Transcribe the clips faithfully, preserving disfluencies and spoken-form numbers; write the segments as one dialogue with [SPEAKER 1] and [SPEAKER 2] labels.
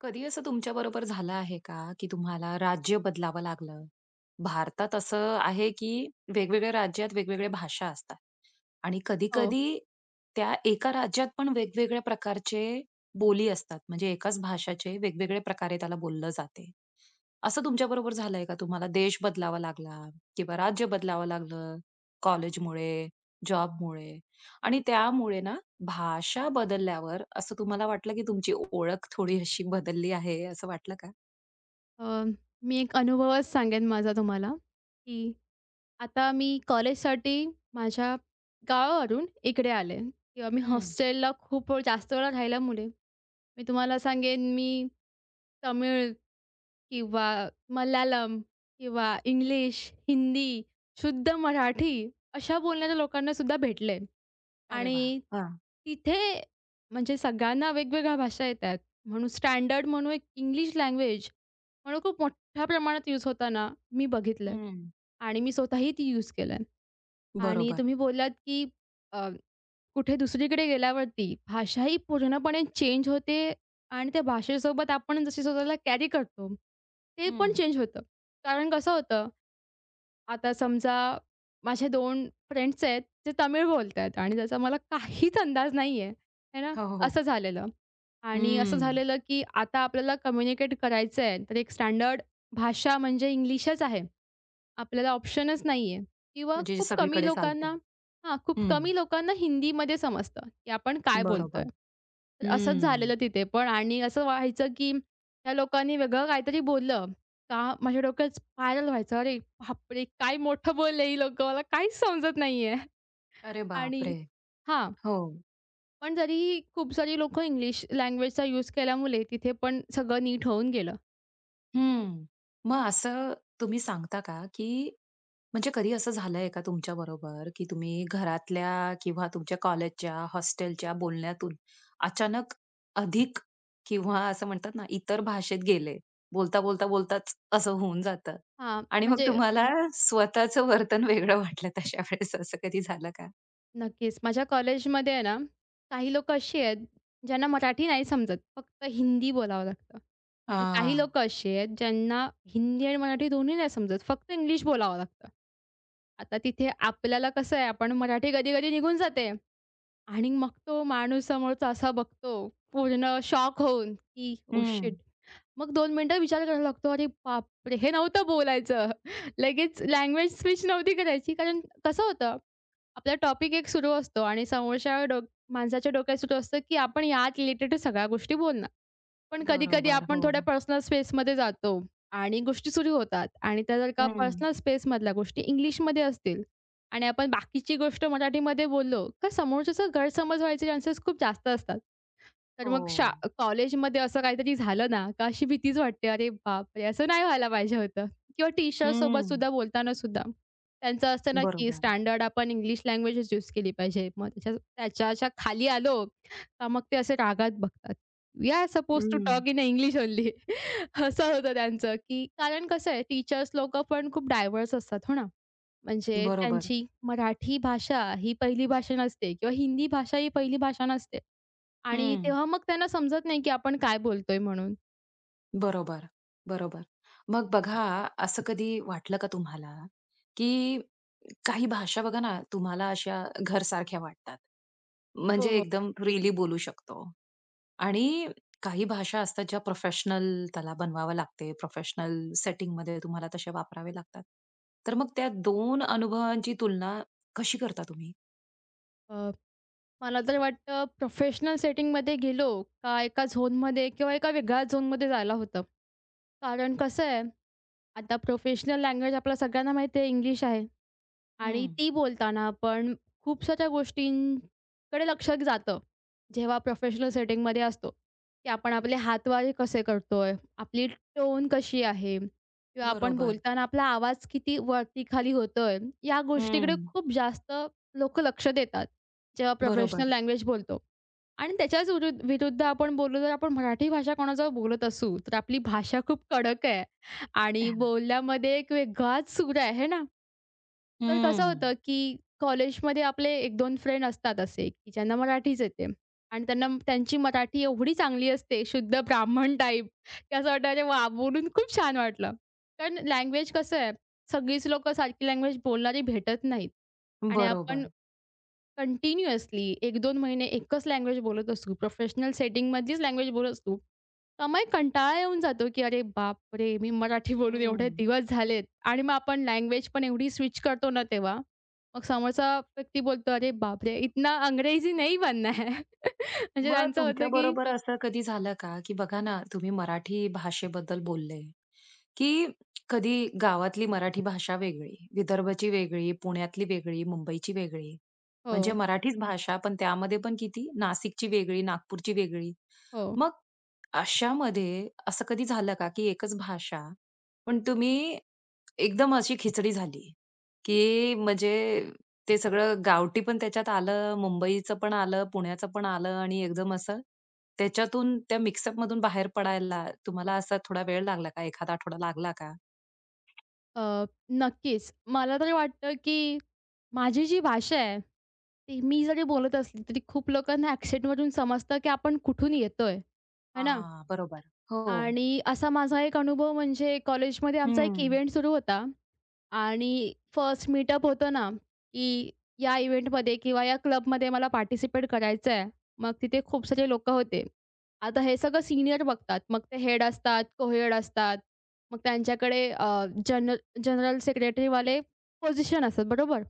[SPEAKER 1] कधी असं तुमच्याबरोबर झालं आहे का, की तुम्हाला राज्य बदलावं लागलं? भारतात असं आहे, की वेगवेगळ्या राज्यात वेगवेगळ्या भाषा असतात. आणि
[SPEAKER 2] हो.
[SPEAKER 1] कधी-कधी त्या एका राज्यात पण वेगवेगळ्या प्रकारचे बोली असतात. म्हणजे एकाच भाषाचे वेगवेगळ्या प्रकारे त्याला बोललं जाते. असं तुमच्याबरोबर झालंय का? तुम्हाला देश बदलावा लागला किंवा राज्य बदलावं लागलं कॉलेजमुळे, जॉबमुळे आणि त्यामुळे ना भाषा बदलल्यावर असं तुम्हाला वाटलं की तुमची ओळख थोडी अशी बदलली आहे असं वाटलं का?
[SPEAKER 2] अ, मी एक अनुभवच सांगेन माझा तुम्हाला, की आता मी कॉलेजसाठी माझ्या गावावरून इकडे आले किंवा मी
[SPEAKER 1] हं.
[SPEAKER 2] हॉस्टेलला खूप वेळ- जास्त वेळा राहिल्यामुळे मी तुम्हाला सांगेन, मी तमिळ किंवा मल्याळम किंवा इंग्लिश, हिंदी, शुद्ध मराठी अशा बोलणाऱ्या लोकांना सुद्धा भेटले.
[SPEAKER 1] अरे वाह!
[SPEAKER 2] आणि
[SPEAKER 1] हां.
[SPEAKER 2] तिथे म्हणजे सगळ्यांना वेगवेगळ्या भाषा येतात. म्हणून स्टँडर्ड म्हणून एक इंग्लिश लँग्वेज म्हणून खूप मोठ्या प्रमाणात यूज होताना मी बघितलंय
[SPEAKER 1] हं.
[SPEAKER 2] आणि मी स्वतःही ती यूज केलंय. आणि
[SPEAKER 1] बरोबर.
[SPEAKER 2] तुम्ही बोललात की कुठे दुसरीकडे गेल्यावरती भाषा ही पूर्णपणे चेंज होते आणि त्या भाषेसोबत आपण जशी स्वतःला कॅरी करतो, ते पण
[SPEAKER 1] हं.
[SPEAKER 2] चेंज होतं. कारण कसं होतं, आता समजा माझे दोन फ्रेंड्स आहेत, जे तमिळ बोलतायत आणि त्याचा मला काहीच अंदाज नाहीये, आहे ना,
[SPEAKER 1] हो, हो,
[SPEAKER 2] असं
[SPEAKER 1] हो.
[SPEAKER 2] झालेलं. आणि असं
[SPEAKER 1] हं.
[SPEAKER 2] झालेलं, की आता आपल्याला कम्युनिकेट करायचं आहे, तर एक स्टँडर्ड भाषा म्हणजे इंग्लिशच आहे. आपल्याला ऑप्शनच नाहीये किंवा
[SPEAKER 1] म्हणजे जे
[SPEAKER 2] खूप कमी
[SPEAKER 1] सगळीकडे चालते.
[SPEAKER 2] लोकांना हां, खूप
[SPEAKER 1] हं.
[SPEAKER 2] कमी लोकांना हिंदीमध्ये समजतं, की आपण काय बोलतोय.
[SPEAKER 1] बरोबर.
[SPEAKER 2] असंच
[SPEAKER 1] हम्म.
[SPEAKER 2] झालेलं तिथे पण आणि असं व्हायचं, की त्या लोकांनी वेगळं काहीतरी बोललं का माझ्या डोक्यात स्पायरल व्हायचं. अरे बापरे! काय मोठं बोलले ही लोकं मला काहीच समजत नाहीये
[SPEAKER 1] अरे
[SPEAKER 2] आणि
[SPEAKER 1] बापरे!
[SPEAKER 2] हां,
[SPEAKER 1] हो.
[SPEAKER 2] पण तरीही खूप सारी लोकं इंग्लिश लँग्वेजचा यूज केल्यामुळे तिथे पण सगळं नीट होऊन गेलं.
[SPEAKER 1] हं. मग असं तुम्ही सांगता का, की म्हणजे कधी असं झालंय का तुमच्या बरोबर, की तुम्ही घरातल्या किंवा तुमच्या कॉलेजच्या, हॉस्टेलच्या बोलण्यातून अचानक अधिक किंवा असं म्हणतात ना, इतर भाषेत गेले. बोलता, बोलता, बोलताच असं होऊन जातं
[SPEAKER 2] हां,
[SPEAKER 1] आणि मग
[SPEAKER 2] म्हणजे
[SPEAKER 1] तुम्हाला स्वतःचं वर्तन वेगळं वाटलं तशा वेळेस असं कधी झालं का?
[SPEAKER 2] नक्कीच. माझ्या कॉलेजमध्ये आहे ना, काही लोकं अशी आहेत, ज्यांना मराठी नाही समजत. फक्त हिंदी बोलावं लागतं आणि काही
[SPEAKER 1] हां.
[SPEAKER 2] लोकं अशी आहेत, ज्यांना हिंदी आणि मराठी दोन्ही नाही समजत. फक्त इंग्लिश बोलावं लागतं. आता तिथे आपल्याला कसं आहे, आपण मराठी कधी-कधी निघून जाते. आणि मग तो माणूस समोरचा असा बघतो, पूर्ण शॉक होऊन, की "ओह
[SPEAKER 1] हं.
[SPEAKER 2] शिट!" मग दोन मिनिटं विचार करायला लागतो, "अरे बापरे! हे नव्हतं बोलायचं." लगेच लँग्वेज स्विच नव्हती करायची. कारण कसं होतं, आपला टॉपिक एक सुरू असतो आणि समोरच्या डोक माणसाच्या डोक्यात सुरू असतं, की आपण या रिलेटेड सगळ्या गोष्टी बोलणार. पण कधी-कधी
[SPEAKER 1] बरोबर.
[SPEAKER 2] आपण थोड्या
[SPEAKER 1] हो.
[SPEAKER 2] पर्सनल स्पेसमध्ये जातो आणि गोष्टी सुरू होतात आणि त्या जर का
[SPEAKER 1] हं.
[SPEAKER 2] पर्सनल स्पेसमधल्या गोष्टी इंग्लिशमध्ये असतील आणि आपण बाकीची गोष्ट मराठीमध्ये बोललो, तर समोरच्याचा गैरसमज व्हायचे चान्सेस खूप जास्त असतात. तर मग शा
[SPEAKER 1] हो.
[SPEAKER 2] कॉलेजमध्ये असं काहीतरी झालं ना, का अशी भीतीच वाटते, "अरे बापरे! असं नाही व्हायला पाहिजे होतं." किंवा
[SPEAKER 1] हं,
[SPEAKER 2] टीचरसोबत सुद्धा बोलताना सुद्धा त्यांचं असतं ना, की
[SPEAKER 1] बरोबर.
[SPEAKER 2] स्टँडर्ड आपण इंग्लिश लँग्वेजच यूज केली पाहिजे. मग त्याच्या त्याच्या खाली आलो, का मग ते असे रागात बघतात. We are supposed to
[SPEAKER 1] hmm,
[SPEAKER 2] talk in English only. असं होतं त्यांचं, की कारण कसं आहे टीचर्स लोकं पण खूप डायव्हर्स असतात, हो ना. म्हणजे
[SPEAKER 1] बरोबर.
[SPEAKER 2] त्यांची मराठी भाषा ही पहिली भाषा नसते किंवा हिंदी भाषा ही पहिली भाषा नसते. आणि
[SPEAKER 1] हं,
[SPEAKER 2] तेव्हा मग त्यांना समजत नाही, की आपण काय बोलतोय म्हणून.
[SPEAKER 1] बरोबर, बरोबर. मग बघा, असं कधी वाटलं का तुम्हाला, की काही भाषा बघा ना, तुम्हाला अशा घरसारख्या वाटतात.
[SPEAKER 2] हो,
[SPEAKER 1] म्हणजे
[SPEAKER 2] हो.
[SPEAKER 1] एकदम फ्रीली बोलू शकतो आणि काही भाषा असतात ज्या प्रोफेशनल त्याला बनवावं लागते, प्रोफेशनल सेटिंगमध्ये तुम्हाला तशा वापरावे लागतात. तर मग त्या दोन अनुभवांची तुलना कशी करता तुम्ही?
[SPEAKER 2] अ, मला तर वाटतं प्रोफेशनल सेटिंगमध्ये गेलो का एका झोनमध्ये किंवा एका वेगळ्या झोनमध्ये जायला होतं. कारण कसं आहे, आता प्रोफेशनल लँग्वेज आपल्या सगळ्यांना माहिती आहे इंग्लिश आहे. आणि
[SPEAKER 1] हं,
[SPEAKER 2] ती बोलताना पण खूपशाच्या गोष्टींकडे लक्ष जातं. जेव्हा प्रोफेशनल सेटिंगमध्ये असतो, की आपण आपले हातवारे कसे करतोय, आपली टोन कशी आहे किंवा आपण
[SPEAKER 1] बरोबर.
[SPEAKER 2] बोलताना आपला आवाज किती वरती-खाली होतोय, या
[SPEAKER 1] हं,
[SPEAKER 2] गोष्टीकडे खूप जास्त लोकं लक्ष देतात, जेव्हा प्रोफेशनल
[SPEAKER 1] बरोबर.
[SPEAKER 2] लँग्वेज बोलतो. आणि त्याच्याच विरु विरुद्ध आपण बोललो जर आपण मराठी भाषा कोणाजवळ बोलत असू, तर आपली भाषा खूप कडक आहे आणि बोलण्यामध्ये एक वेगळाच सूर आहे ना. तर कसं
[SPEAKER 1] हम्म,
[SPEAKER 2] होतं, की कॉलेजमध्ये आपले एक दोन फ्रेंड असतात असे, की ज्यांना मराठीच येते आणि त्यांना त्यांची मराठी एवढी चांगली असते, शुद्ध ब्राह्मण टाइप, की असं वाटतं, "अरे वाह! बोलून खूप छान वाटलं." कारण लँग्वेज कसं आहे, सगळीच लोकं सारखी लँग्वेज बोलणारी भेटत नाहीत आणि आपण
[SPEAKER 1] बरोबर.
[SPEAKER 2] कंटिन्युअसली एक दोन महिने एकच लँग्वेज बोलत असू, प्रोफेशनल सेटिंगमधलीच लँग्वेज बोलत असू. त्यामुळे कंटाळा येऊन जातो, की अरे बापरे! मी मराठी बोलून एवढे
[SPEAKER 1] हं.
[SPEAKER 2] दिवस झालेत आणि मग आपण लँग्वेज पण एवढी स्विच करतो ना तेव्हा, मग समोरचा व्यक्ती बोलतो, "अरे बापरे! इतना अंग्रेजी नहीं बनना है." म्हणजे
[SPEAKER 1] मग
[SPEAKER 2] त्यांचं
[SPEAKER 1] तुमच्या
[SPEAKER 2] होतं, की
[SPEAKER 1] बरोबर असं कधी झालं का, की बघा ना, तुम्ही मराठी भाषेबद्दल बोलले, की कधी गावातली मराठी भाषा वेगळी, विदर्भची वेगळी, पुण्यातली वेगळी, मुंबईची वेगळी. म्हणजे
[SPEAKER 2] हो,
[SPEAKER 1] मराठीच भाषा, पण त्यामध्ये पण किती नाशिकची वेगळी, नागपूरची वेगळी.
[SPEAKER 2] हो.
[SPEAKER 1] मग अशामध्ये असं कधी झालं का, की एकच भाषा, पण तुम्ही एकदम अशी खिचडी झाली, की म्हणजे ते सगळं गावठी पण त्याच्यात आलं, मुंबईचं पण आलं, पुण्याचं पण आलं आणि एकदम असं त्याच्यातून त्या मिक्सअपमधून बाहेर पडायला तुम्हाला असा थोडा वेळ लागला का? एखादा आठवडा लागला का?
[SPEAKER 2] अ, नक्कीच. मला तरी वाटतं, की माझी जी भाषा आहे, ती मी जरी बोलत असली, तरी खूप लोकांना ॲक्सेंटवरून समजतं, की आपण कुठून येतोय, है ना?
[SPEAKER 1] हां, बरोबर. हो.
[SPEAKER 2] आणि असा माझा एक अनुभव म्हणजे कॉलेजमध्ये आमचा एक
[SPEAKER 1] हं.
[SPEAKER 2] इव्हेंट सुरू होता आणि फर्स्ट मीटअप होतं ना, की या इव्हेंटमध्ये किंवा या क्लबमध्ये मला पार्टिसिपेट करायचं आहे. मग तिथे खूप सारे लोकं होते. आता हे सगळं सीनियर बघतात. मग ते हेड असतात, कोहेड असतात. मग त्यांच्याकडे जनरल जनरल सेक्रेटरीवाले पोझिशन असतात, बरोबर?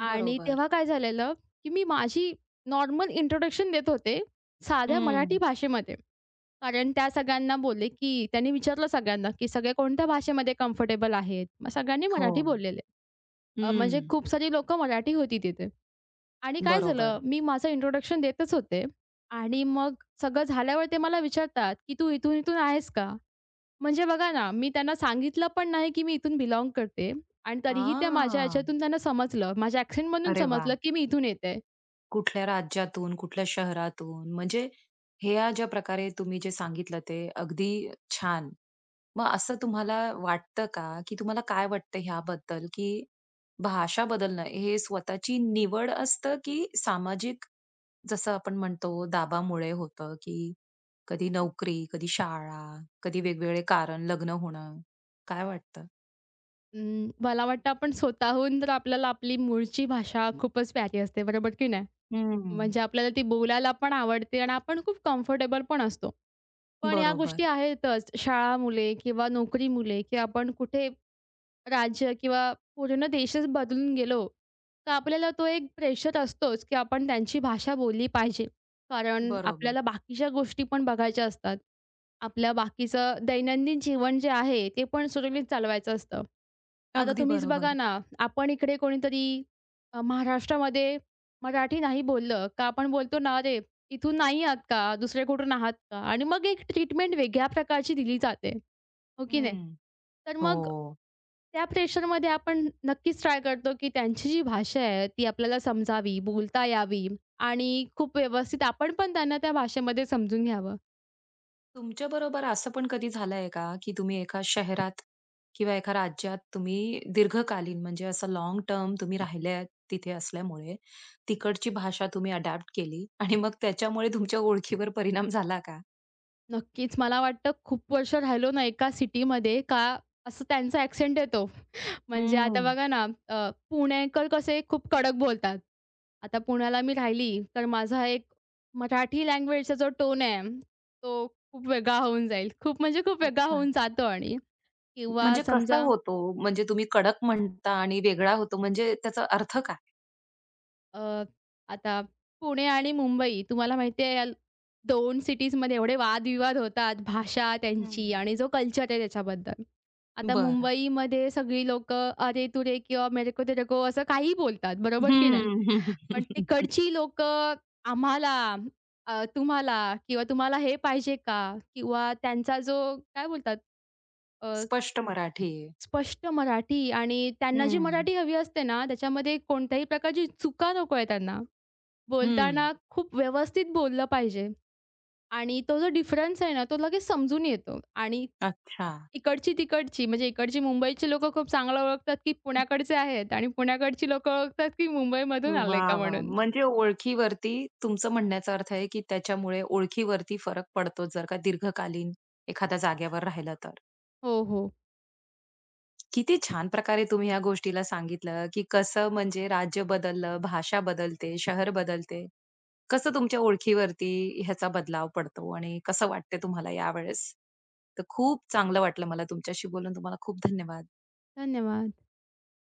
[SPEAKER 2] आणि
[SPEAKER 1] बरोबर.
[SPEAKER 2] तेव्हा काय झालेलं, की मी माझी नॉर्मल इंट्रोडक्शन देत होते, साध्या
[SPEAKER 1] हं.
[SPEAKER 2] मराठी भाषेमध्ये. कारण त्या सगळ्यांना बोलले, की त्यांनी विचारलं सगळ्यांना, की "सगळे कोणत्या भाषेमध्ये कम्फर्टेबल आहेत?" मग सगळ्यांनी
[SPEAKER 1] हो.
[SPEAKER 2] मराठी बोललेले. अ, म्हणजे
[SPEAKER 1] हं.
[SPEAKER 2] खूप सारी लोकं मराठी होती तिथे. आणि काय झालं,
[SPEAKER 1] बरोबर.
[SPEAKER 2] मी माझं इंट्रोडक्शन देतच होते आणि मग सगळं झाल्यावर ते मला विचारतात, की "तू इथून-इथून आहेस का?" म्हणजे बघा ना, मी त्यांना सांगितलं पण नाही, की मी इथून बिलॉन्ग करते आणि तरीही त्या माझ्या
[SPEAKER 1] हां.
[SPEAKER 2] ह्याच्यातून त्यांना समजलं, माझ्या ॲक्सेंटमधून
[SPEAKER 1] अरे वाह!
[SPEAKER 2] समजलं, की मी इथून येते.
[SPEAKER 1] कुठल्या राज्यातून, कुठल्या शहरातून म्हणजे ह्या ज्या प्रकारे तुम्ही जे सांगितलं ते अगदी छान. मग असं तुम्हाला वाटतं का, की तुम्हाला काय वाटतं ह्याबद्दल, की भाषा बदलणं हे स्वतःची निवड असतं, की सामाजिक जसं आपण म्हणतो दाबामुळे होतं, की कधी नोकरी, कधी शाळा, कधी वेगवेगळे कारण, लग्न होणं. काय वाटतं?
[SPEAKER 2] अं, मला वाटतं आपण स्वतःहून तर आपल्याला आपली मूळची भाषा खूपच प्यारी असते, बरोबर की नाही?
[SPEAKER 1] हं.
[SPEAKER 2] म्हणजे आपल्याला ती बोलायला पण आवडते आणि आपण खूप कम्फर्टेबल पण असतो. पण ह्या
[SPEAKER 1] बरोबर,
[SPEAKER 2] गोष्टी आहेतच. शाळा मुले किंवा नोकरी मुले, की आपण कुठे राज्य किंवा पूर्ण देशच बदलून गेलो, तर आपल्याला तो एक प्रेशर असतोच, की आपण त्यांची भाषा बोलली पाहिजे. कारण
[SPEAKER 1] बरोबर.
[SPEAKER 2] आपल्याला बाकीच्या गोष्टी पण बघायच्या असतात. आपलं बाकीचं दैनंदिन जीवन जे आहे, ते पण सुरळीत चालवायचं असतं. आता
[SPEAKER 1] अगदी
[SPEAKER 2] तुम्हीच बघा
[SPEAKER 1] बरोबर.
[SPEAKER 2] ना, आपण इकडे कोणीतरी अ, महाराष्ट्रामध्ये मराठी नाही बोललं का आपण बोलतो ना, "अरे, इथून नाही आहात का? दुसरे कुठून आहात का?" आणि मग एक ट्रीटमेंट वेगळ्या प्रकारची दिली जाते, हो की नाही?
[SPEAKER 1] हं.
[SPEAKER 2] तर
[SPEAKER 1] हो.
[SPEAKER 2] मग त्या प्रेशरमध्ये आपण नक्कीच ट्राय करतो, की त्यांची जी भाषा आहे ती आपल्याला समजावी, बोलता यावी आणि खूप व्यवस्थित आपण पण त्यांना त्या भाषेमध्ये समजून घ्यावं.
[SPEAKER 1] तुमच्याबरोबर असं पण कधी झालंय का, की तुम्ही एका शहरात किंवा एका राज्यात तुम्ही दीर्घकालीन म्हणजे असं लॉंग टर्म तुम्ही राहिल्या तिथे असल्यामुळे, तिकडची भाषा तुम्ही अडॅप्ट केली आणि मग त्याच्यामुळे तुमच्या ओळखीवर परिणाम झाला का?
[SPEAKER 2] नक्कीच मला वाटतं खूप वर्ष राहिलो ना एका सिटीमध्ये का असं त्यांचा ॲक्सेंट येतो. म्हणजे आता
[SPEAKER 1] हम्म.
[SPEAKER 2] बघा ना अ, पुणेकर कसे खूप कडक बोलतात. आता पुण्याला मी राहिली तर माझा एक मराठी लँग्वेजचा जो टोन आहे, तो खूप वेगळा होऊन जाईल. खूप म्हणजे खूप वेगळा
[SPEAKER 1] अच्छा.
[SPEAKER 2] होऊन जातो आणि किंवा
[SPEAKER 1] म्हणजे कसा
[SPEAKER 2] समजा
[SPEAKER 1] होतो? म्हणजे तुम्ही कडक म्हणता आणि वेगळा होतो म्हणजे त्याचा अर्थ काय?
[SPEAKER 2] अ, आता पुणे आणि मुंबई तुम्हाला माहिती आहे या दोन सिटीजमध्ये एवढे वादविवाद होतात भाषा
[SPEAKER 1] हं.
[SPEAKER 2] त्यांची आणि जो कल्चर आहे त्याच्याबद्दल. आता
[SPEAKER 1] बरं.
[SPEAKER 2] मुंबईमध्ये सगळी लोकं "अरे तुरे" किंवा "मेरे को तेरे को" असं काहीही बोलतात, बरोबर की नाही?
[SPEAKER 1] हं.
[SPEAKER 2] पण तिकडची लोकं आम्हाला, अ, तुम्हाला किंवा तुम्हाला हे पाहिजे का? किंवा त्यांचा जो काय बोलतात अ,
[SPEAKER 1] स्पष्ट मराठी.
[SPEAKER 2] स्पष्ट मराठी आणि त्यांना जी
[SPEAKER 1] हं.
[SPEAKER 2] मराठी हवी असते ना त्याच्यामध्ये कोणत्याही प्रकारची चुका नको आहे त्यांना. बोलताना
[SPEAKER 1] हं.
[SPEAKER 2] खूप व्यवस्थित बोललं पाहिजे आणि तो जो डिफरन्स आहे ना, तो लगेच समजून येतो आणि
[SPEAKER 1] अच्छा.
[SPEAKER 2] इकडची तिकडची म्हणजे इकडची मुंबईची लोकं खूप चांगलं ओळखतात, की पुण्याकडचे आहेत आणि पुण्याकडची लोकं ओळखतात, की मुंबईमधून आले
[SPEAKER 1] वाह!
[SPEAKER 2] का
[SPEAKER 1] वाह!
[SPEAKER 2] म्हणून.
[SPEAKER 1] म्हणजे ओळखीवरती तुमचं म्हणण्याचा अर्थ आहे, की त्याच्यामुळे ओळखीवरती फरक पडतो, जर का दीर्घकालीन एखाद्या जागेवर राहिलं तर.
[SPEAKER 2] हो, हो.
[SPEAKER 1] किती छान प्रकारे तुम्ही या गोष्टीला सांगितलं, की कसं म्हणजे राज्य बदललं, भाषा बदलते, शहर बदलते. कसं तुमच्या ओळखीवरती ह्याचा बदलाव पडतो आणि कसं वाटतंय तुम्हाला यावेळेस? तर खूप चांगलं वाटलं मला तुमच्याशी बोलून. तुम्हाला खूप धन्यवाद.
[SPEAKER 2] धन्यवाद.